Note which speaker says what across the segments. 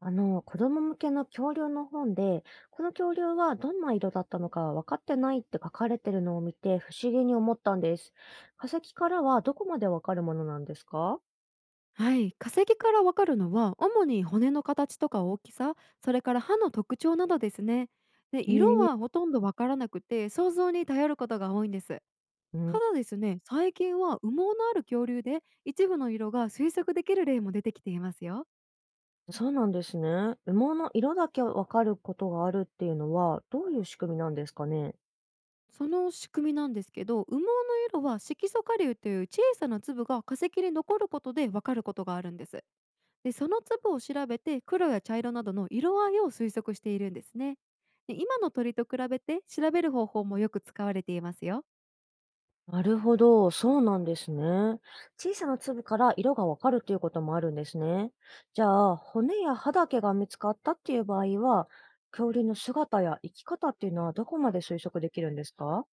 Speaker 1: 子供向けの恐竜の本で、この恐竜はどんな色だったのか分かってないって書かれてるのを見て不思議に思ったんです。化石からはどこまで分かるものなんですか？
Speaker 2: はい、化石からわかるのは主に骨の形とか大きさ、それから歯の特徴などですね。で、
Speaker 1: へ
Speaker 2: 色
Speaker 1: え。
Speaker 2: はほとんどわからなくて、想像に頼ることが多いんです。
Speaker 1: う
Speaker 2: た
Speaker 1: ん。
Speaker 2: だですね、最近は羽毛のある恐竜で一部の色が推測できる例も出てきていますよ。
Speaker 1: そうなんですね。羽毛の色だけ分かることがあるっていうのはどういう仕組みなんですかね？
Speaker 2: その仕組みなんですけど、羽毛の色は色素顆粒という小さな粒が化石に残ることでわかることがあるんです。で、その粒を調べて黒や茶色などの色合いを推測しているんですね。で、今の鳥と比べて調べる方法もよく使われていますよ。
Speaker 1: なるほど、そうなんですね。小さな粒から色がわかるということもあるんですね。じゃあ、骨や歯だけが見つかったっていう場合は、恐竜の姿や生き方っていうのはどこまで推測できるんですか？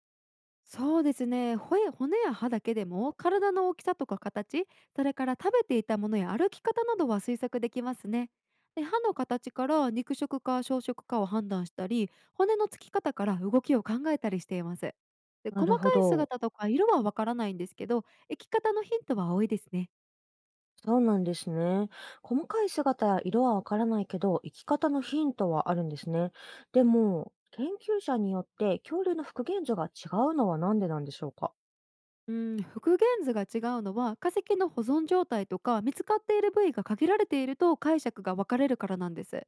Speaker 2: そうですね、骨や歯だけでも体の大きさとか形、それから食べていたものや歩き方などは推測できますね。で、歯の形から肉食か小食かを判断したり、骨のつき方から動きを考えたりしています。で、
Speaker 1: な
Speaker 2: 細
Speaker 1: る
Speaker 2: か
Speaker 1: ほ
Speaker 2: い
Speaker 1: ど。
Speaker 2: 姿とか色はわからないんですけど、生き方のヒントは多いですね。
Speaker 1: そうなんですね。細かい姿や色はわからないけど、生き方のヒントはあるんですね。でも、研究者によって恐竜の復元図が違うのはなんでなんでしょうか？
Speaker 2: うん、復元図が違うのは、化石の保存状態とか見つかっている部位が限られていると解釈が分かれるからなんです。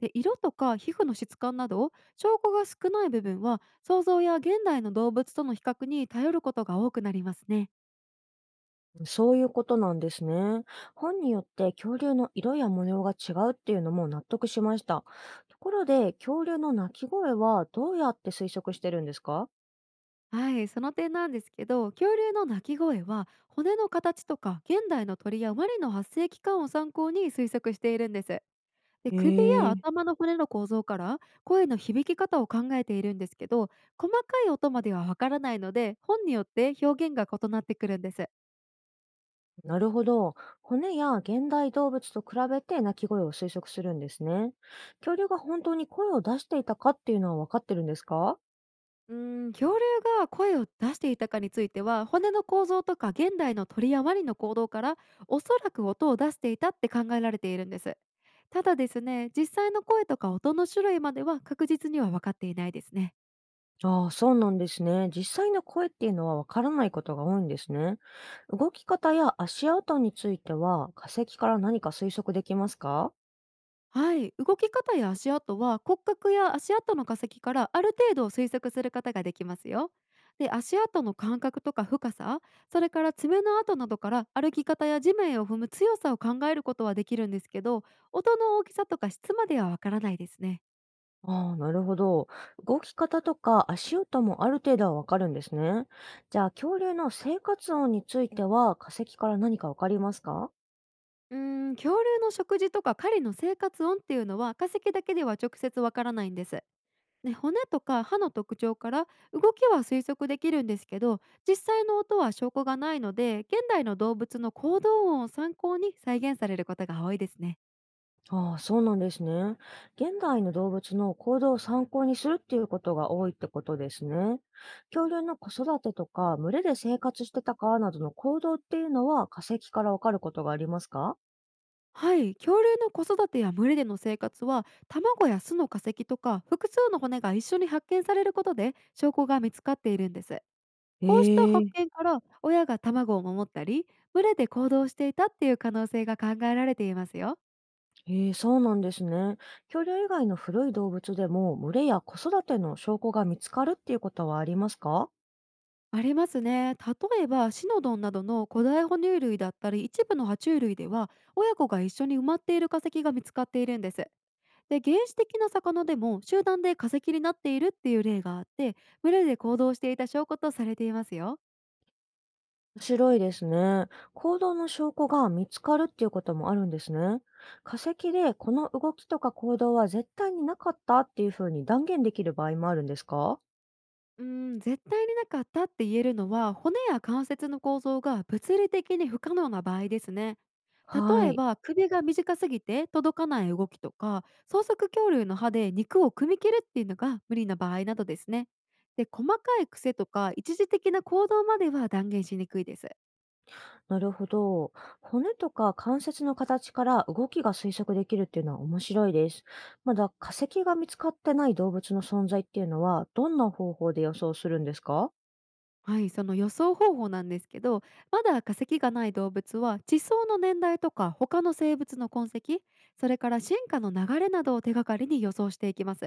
Speaker 2: で、色とか皮膚の質感など証拠が少ない部分は、想像や現代の動物との比較に頼ることが多くなりますね。
Speaker 1: そういうことなんですね。本によって恐竜の色や模様が違うっていうのも納得しました。ところで、恐竜の鳴き声はどうやって推測してるんですか？
Speaker 2: はい、その点なんですけど、恐竜の鳴き声は骨の形とか現代の鳥やワニの発生期間を参考に推測しているんです。で、
Speaker 1: へ
Speaker 2: 首や
Speaker 1: えー。
Speaker 2: 頭の骨の構造から声の響き方を考えているんですけど、細かい音まではわからないので、本によって表現が異なってくるんです。
Speaker 1: なるほど。骨や現代動物と比べて鳴き声を推測するんですね。恐竜が本当に声を出していたかっていうのは分かってるんですか？
Speaker 2: 恐竜が声を出していたかについては、骨の構造とか現代の鳥やワニの行動から、おそらく音を出していたって考えられているんです。ただですね、実際の声とか音の種類までは確実には分かっていないですね。
Speaker 1: ああ、そうなんですね。実際の声っていうのはわからないことが多いんですね。動き方や足音については化石から何か推測できますか？
Speaker 2: はい、動き方や足跡は骨格や足跡の化石からある程度推測することができますよ。で、足跡の感覚とか深さ、それから爪の跡などから歩き方や地面を踏む強さを考えることはできるんですけど、音の大きさとか質まではわからないですね。
Speaker 1: ああ、なるほど。動き方とか足音もある程度はわかるんですね。じゃあ、恐竜の生活音については化石から何かわかりますか？
Speaker 2: 恐竜の食事とか狩りの生活音っていうのは、化石だけでは直接わからないんです。ね、骨とか歯の特徴から動きは推測できるんですけど、実際の音は証拠がないので、現代の動物の行動音を参考に再現されることが多いですね。
Speaker 1: ああ、そうなんですね。現代の動物の行動を参考にするっていうことが多いってことですね。恐竜の子育てとか、群れで生活してたかなどの行動っていうのは化石からわかることがありますか？
Speaker 2: はい、恐竜の子育てや群れでの生活は、卵や巣の化石とか複数の骨が一緒に発見されることで証拠が見つかっているんです。こうした
Speaker 1: へ
Speaker 2: 発
Speaker 1: え。
Speaker 2: 見から、親が卵を守ったり群れで行動していたっていう可能性が考えられていますよ。
Speaker 1: ええ、そうなんですね。恐竜以外の古い動物でも、群れや子育ての証拠が見つかるっていうことはありますか？
Speaker 2: ありますね。例えばシノドンなどの古代哺乳類だったり、一部の爬虫類では親子が一緒に埋まっている化石が見つかっているんです。で、原始的な魚でも集団で化石になっているっていう例があって、群れで行動していた証拠とされていますよ。
Speaker 1: 面白いですね。行動の証拠が見つかるっていうこともあるんですね。化石でこの動きとか行動は絶対になかったっていうふうに断言できる場合もあるんですか？
Speaker 2: うー絶対になかったって言えるのは、骨や関節の構造が物理的に不可能な場合ですね。
Speaker 1: は
Speaker 2: 例え
Speaker 1: い。
Speaker 2: ば首が短すぎて届かない動きとか、草食恐竜の歯で肉を組み切るっていうのが無理な場合などですね。で、細かい癖とか一時的な行動までは断言しにくいです。
Speaker 1: なるほど。骨とか関節の形から動きが推測できるっていうのは面白いです。まだ化石が見つかってない動物の存在っていうのはどんな方法で予想するんですか？
Speaker 2: はい、その予想方法なんですけど、まだ化石がない動物は地層の年代とか他の生物の痕跡、それから進化の流れなどを手がかりに予想していきます。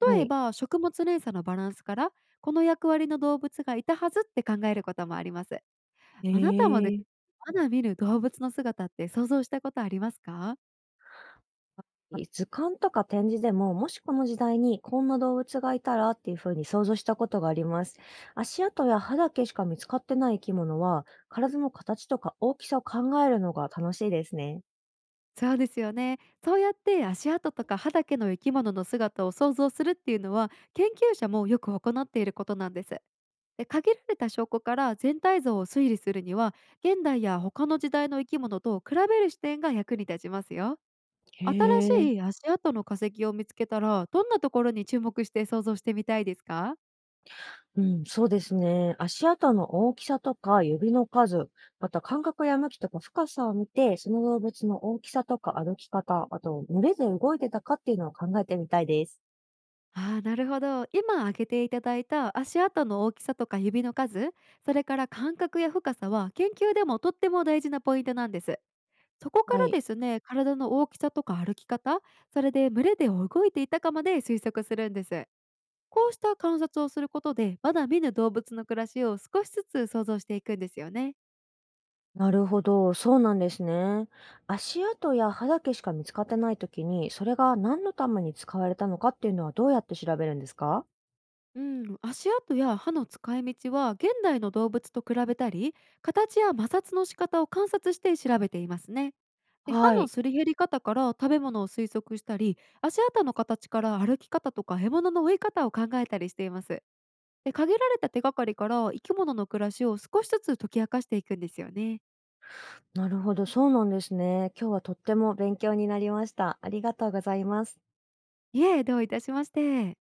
Speaker 1: は
Speaker 2: 例え
Speaker 1: い。
Speaker 2: ば食物連鎖のバランスから、この役割の動物がいたはずって考えることもあります。
Speaker 1: え
Speaker 2: あなたもで、
Speaker 1: ー。
Speaker 2: まだ見る動物の姿って想像したことありますか？
Speaker 1: 図鑑とか展示でも、もしこの時代にこんな動物がいたらっていうふうに想像したことがあります。足跡や歯だけしか見つかってない生き物は、体の形とか大きさを考えるのが楽しいですね。
Speaker 2: そうですよね。そうやって足跡とか歯だけの生き物の姿を想像するっていうのは、研究者もよく行っていることなんです。で、限られた証拠から全体像を推理するには、現代や他の時代の生き物と比べる視点が役に立ちますよ。
Speaker 1: へえ。
Speaker 2: 新しい足跡の化石を見つけたら、どんなところに注目して想像してみたいですか？
Speaker 1: うん、そうですね。足跡の大きさとか指の数、また感覚や向きとか深さを見て、その動物の大きさとか歩き方、あと群れで動いてたかっていうのを考えてみたいです。
Speaker 2: ああ、なるほど。今挙げていただいた足跡の大きさとか指の数、それから感覚や深さは研究でもとっても大事なポイントなんです。そこか
Speaker 1: は
Speaker 2: ら
Speaker 1: い。
Speaker 2: ですね、体の大きさとか歩き方、それで群れで動いていたかまで推測するんです。こうした観察をすることで、まだ見ぬ動物の暮らしを少しずつ想像していくんですよね。
Speaker 1: なるほど、そうなんですね。足跡や歯だけしか見つかってないときに、それが何のために使われたのかっていうのはどうやって調べるんですか？
Speaker 2: うん、足跡や歯の使い道は、現代の動物と比べたり形や摩擦の仕方を観察して調べていますね。で、歯
Speaker 1: は
Speaker 2: の
Speaker 1: い。
Speaker 2: すり減り方から食べ物を推測したり、足跡の形から歩き方とか獲物の追い方を考えたりしています。で、限られた手がかりから生き物の暮らしを少しずつ解き明かしていくんですよね。
Speaker 1: なるほど、そうなんですね。今日はとっても勉強になりました。ありがとうございます。
Speaker 2: いえ、どういたしまして。